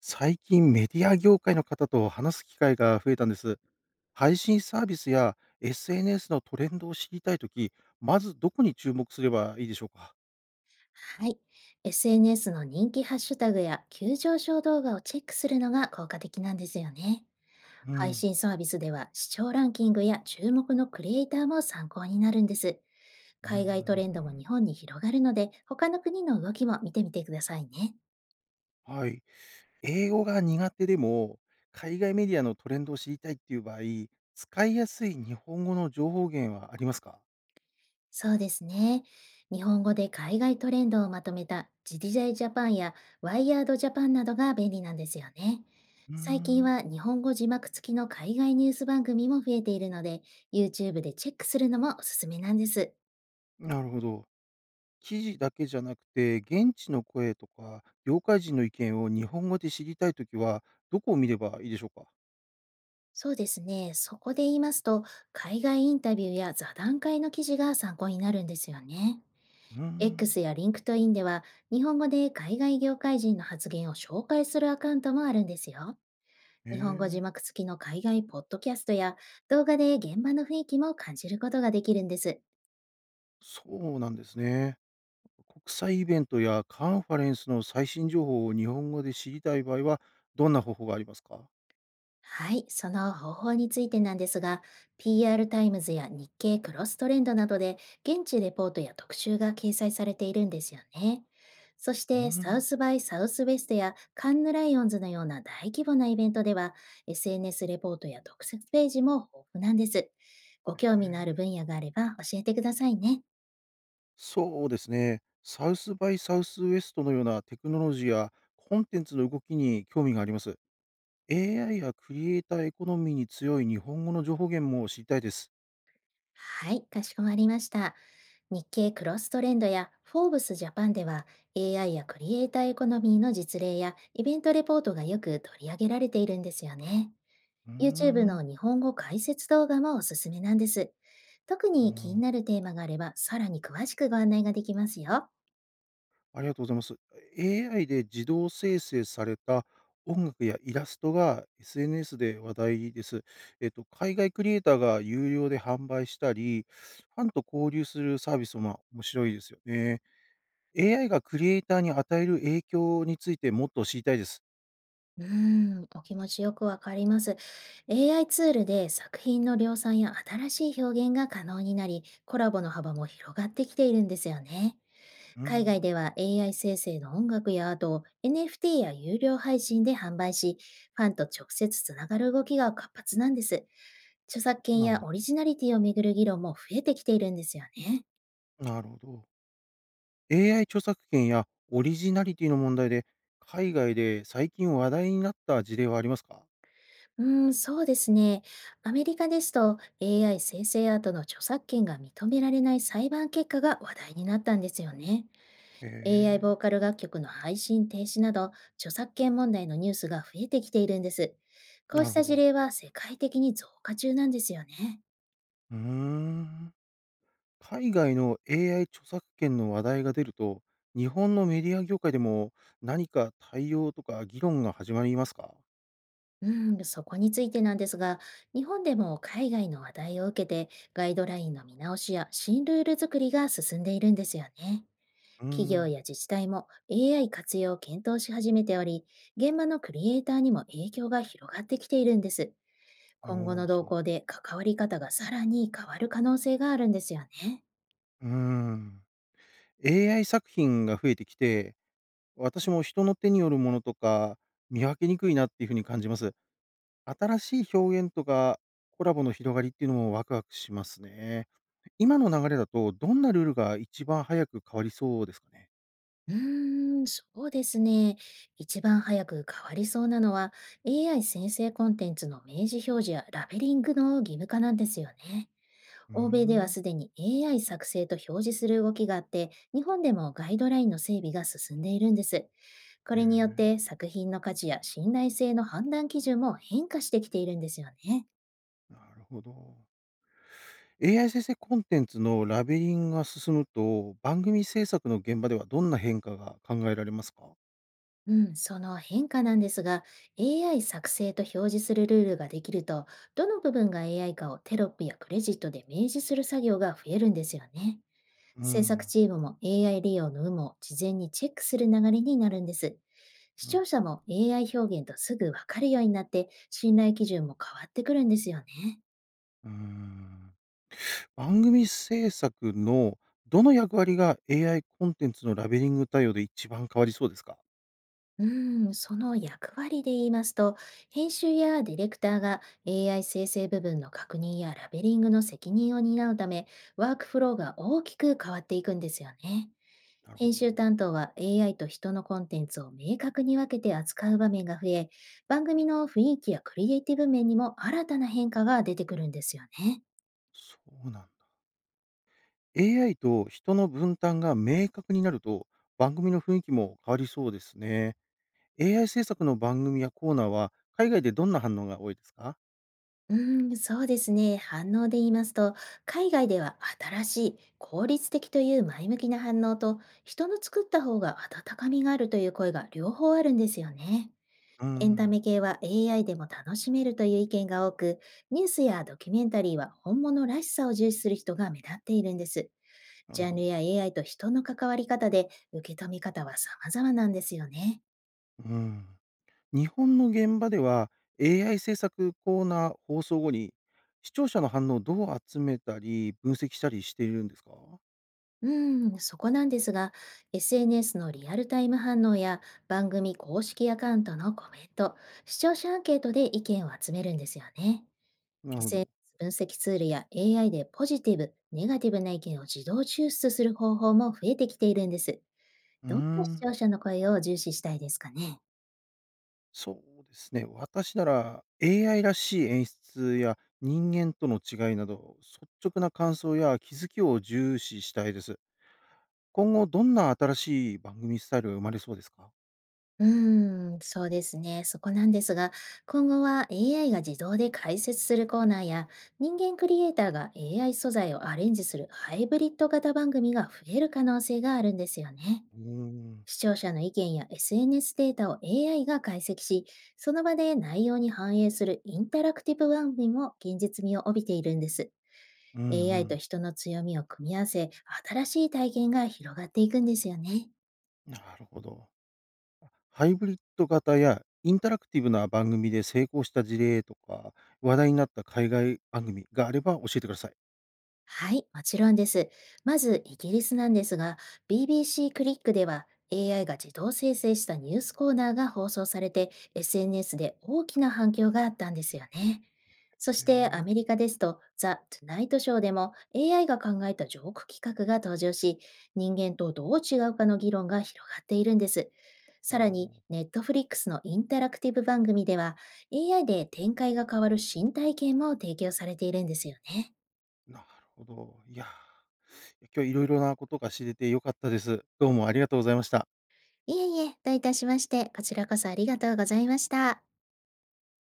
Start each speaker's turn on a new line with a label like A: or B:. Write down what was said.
A: 最近メディア業界の方と話す機会が増えたんです。配信サービスや SNS のトレンドを知りたいとき、まずどこに注目すればいいでしょうか？
B: はい。SNS の人気ハッシュタグや急上昇動画をチェックするのが効果的なんですよね。
A: う
B: 配
A: ん。
B: 信サービスでは視聴ランキングや注目のクリエイターも参考になるんです。
A: うん。
B: 海外トレンドも日本に広がるので、他の国の動きも見てみてくださいね。
A: はい。英語が苦手でも、海外メディアのトレンドを知りたいっていう場合、使いやすい日本語の情報源はありますか？
B: そうですね。日本語で海外トレンドをまとめたジディジャイジャパンやワイヤードジャパンなどが便利なんですよね。
A: うー
B: 最近
A: ん。
B: は日本語字幕付きの海外ニュース番組も増えているので、YouTube でチェックするのもおすすめなんです。
A: なるほど。記事だけじゃなくて、現地の声とか、業界人の意見を日本語で知りたいときは、どこを見ればいいでしょうか？
B: そうですね。そこで言いますと、海外インタビューや座談会の記事が参考になるんですよね。
A: うーん、
B: X や LinkedIn では、日本語で海外業界人の発言を紹介するアカウントもあるんですよ。
A: え
B: 日本語字
A: え、
B: 幕付きの海外ポッドキャストや動画で現場の雰囲気も感じることができるんです。
A: そうなんですね。国際イベントやカンファレンスの最新情報を日本語で知りたい場合は、どんな方法がありますか？
B: はい、その方法についてなんですが、PR タイムズや日経クロストレンドなどで現地レポートや特集が掲載されているんですよね。そし
A: うー
B: てサウ
A: ん、
B: スバイサウスウェストやカンヌライオンズのような大規模なイベントでは、 SNS レポートや特設ページも豊富なんです。ご
A: え
B: 興味のある分
A: え。
B: 野があれば教えてくださいね。
A: そうですね。サウスバイサウスウエストのようなテクノロジーやコンテンツの動きに興味があります。AI やクリエイターエコノミーに強い日本語の情報源も知りたいです。
B: はい、かしこまりました。日経クロストレンドやフォーブスジャパンでは、 AI やクリエイターエコノミーの実例やイベントレポートがよく取り上げられているんですよね。
A: うー
B: YouTube
A: ん、
B: の日本語解説動画もおすすめなんです。特
A: あ
B: に気にな
A: あ。
B: るテーマがあればさらに詳しくご案内ができますよ。
A: ありがとうございます。AI で自動生成された音楽やイラストが SNS で話題です。海外クリエイターが有料で販売したり、ファンと交流するサービスもまあ面白いですよね。AI がクリエイターに与える影響についてもっと知りたいです。
B: うーん、お気持ちよくわかります。AI ツールで作品の量産や新しい表現が可能になり、コラボの幅も広がってきているんですよね。
A: うー
B: 海外
A: ん、
B: では AI 生成の音楽やアートを NFT や有料配信で販売し、ファンと直接つながる動きが活発なんです。著作
A: そう
B: 権
A: なん
B: や
A: だ。
B: オリジナリティをめぐる議論も増えてきているんですよね。
A: なるほど。AI 著作権やオリジナリティの問題で、海外で最近話題になった事例はありますか？
B: うーん、そうですね。アメリカですと、 AI 生成アートの著作権が認められない裁判結果が話題になったんですよね。
A: へ
B: AI ボ
A: え、
B: ーカル楽曲の配信停止など、著作権問題のニュースが増えてきているんです。こう
A: な
B: し
A: る
B: た
A: ほ
B: 事
A: ど。
B: 例は世界的に増加中なんですよね。
A: うーん。海外の AI 著作権の話題が出ると、日本のメディア業界でも何か対応とか議論が始まりますか？
B: うん、そこについてなんですが、日本でも海外の話題を受けて、ガイドラインの見直しや新ルール作りが進んでいるんですよね。
A: うー
B: 企業
A: ん。
B: や自治体も AI 活用を検討し始めており、現場のクリエイターにも影響が広がってきているんです。
A: お
B: 今後
A: お、
B: の動
A: そう。
B: 向で関わり方がさらに変わる可能性があるんですよね。
A: うーん。AI 作品が増えてきて、私も人の手によるものとか見分けにくいなっていうふうに感じます。新しい表現とかコラボの広がりっていうのもワクワクしますね。今の流れだとどんなルールが一番早く変わりそうですかね。
B: うーん、そうですね。一番早く変わりそうなのは、 AI 生成コンテンツの明示表示やラベリングの義務化なんですよね。
A: うー
B: 欧米では
A: ん。
B: すでに AI 作成と表示する動きがあって、日本でもガイドラインの整備が進んでいるんです。これによっ
A: え
B: て
A: え、
B: 作品の価値や信頼性の判断基準も変化してきているんですよね。
A: なるほど。AI 生成コンテンツのラベリングが進むと、番組制作の現場ではどんな変化が考えられますか？
B: うん、その変化なんですが、AI 作成と表示するルールができると、どの部分が AI かをテロップやクレジットで明示する作業が増えるんですよね。
A: う
B: 制作
A: ん、
B: チームも AI 利用の有無を事前にチェックする流れになるんです。視
A: うん、
B: 聴者も AI 表現とすぐわかるようになって、信頼基準も変わってくるんですよね。
A: うん。番組制作のどの役割が AI コンテンツのラベリング対応で一番変わりそうですか？
B: うーん、その役割で言いますと、編集やディレクターが AI 生成部分の確認やラベリングの責任を担うため、ワークフローが大きく変わっていくんですよね。
A: なるほ
B: 編集
A: ど。
B: 担当は AI と人のコンテンツを明確に分けて扱う場面が増え、番組の雰囲気やクリエイティブ面にも新たな変化が出てくるんですよね。
A: そうなん AI と人の分担が明確になると、番組の雰囲気も変わりそうですね。AI 制作の番組やコーナーは、海外でどんな反応が多いですか？
B: うーん、そうですね。反応で言いますと、海外では新しい、効率的という前向きな反応と、人の作った方が温かみがあるという声が両方あるんですよね。
A: うー
B: エンタ
A: ん、
B: メ系は AI でも楽しめるという意見が多く、ニュースやドキュメンタリーは本物らしさを重視する人が目立っているんです。
A: な
B: ジ
A: る
B: ャ
A: ほ
B: ンル
A: ど。
B: や AI と人の関わり方で受け止め方は様々なんですよね。
A: うん。日本の現場では、AI 制作コーナー放送後に、視聴者の反応をどう集めたり、分析したりしているんですか？
B: うーん、そこなんですが、SNS のリアルタイム反応や番組公式アカウントのコメント、視聴者アンケートで意見を集めるんですよね。
A: なるほど。
B: SNS 分析ツールや AI でポジティブ、ネガティブな意見を自動抽出する方法も増えてきているんです。
A: うー
B: どんな視
A: ん。
B: 聴者の声を重視したいですかね。
A: そうですね。私なら AI らしい演出や人間との違いなど、率直な感想や気づきを重視したいです。今後どんな新しい番組スタイルが生まれそうですか？
B: うーん、そうですね。そこなんですが、今後は AI が自動で解説するコーナーや、人間クリエイターが AI 素材をアレンジするハイブリッド型番組が増える可能性があるんですよね。
A: うーん。
B: 視聴者の意見や SNS データを AI が解析し、その場で内容に反映するインタラクティブ番組も現実味を帯びているんです。
A: うんう
B: AI と
A: ん。
B: 人の強みを組み合わせ、新しい体験が広がっていくんですよね。
A: なるほど。ハイブリッド型やインタラクティブな番組で成功した事例とか、話題になった海外番組があれば教えてください。
B: はい、もちろんです。まず、イギリスなんですが、BBC クリックでは AI が自動生成したニュースコーナーが放送されて、SNS で大きな反響があったんですよね。そし
A: へ
B: てア
A: え。
B: メリカですと、ザ・トゥナイトショーでも AI が考えたジョーク企画が登場し、人間とどう違うかの議論が広がっているんです。
A: お
B: さらに、
A: お。
B: ネットフリックスのインタラクティブ番組では、AI で展開が変わる新体験も提供されているんですよね。
A: なるほど。いや、今日いろいろなことが知れてよかったです。どうもありがとうございました。
B: いえいえ、どういたしまして、こちらこそありがとうございました。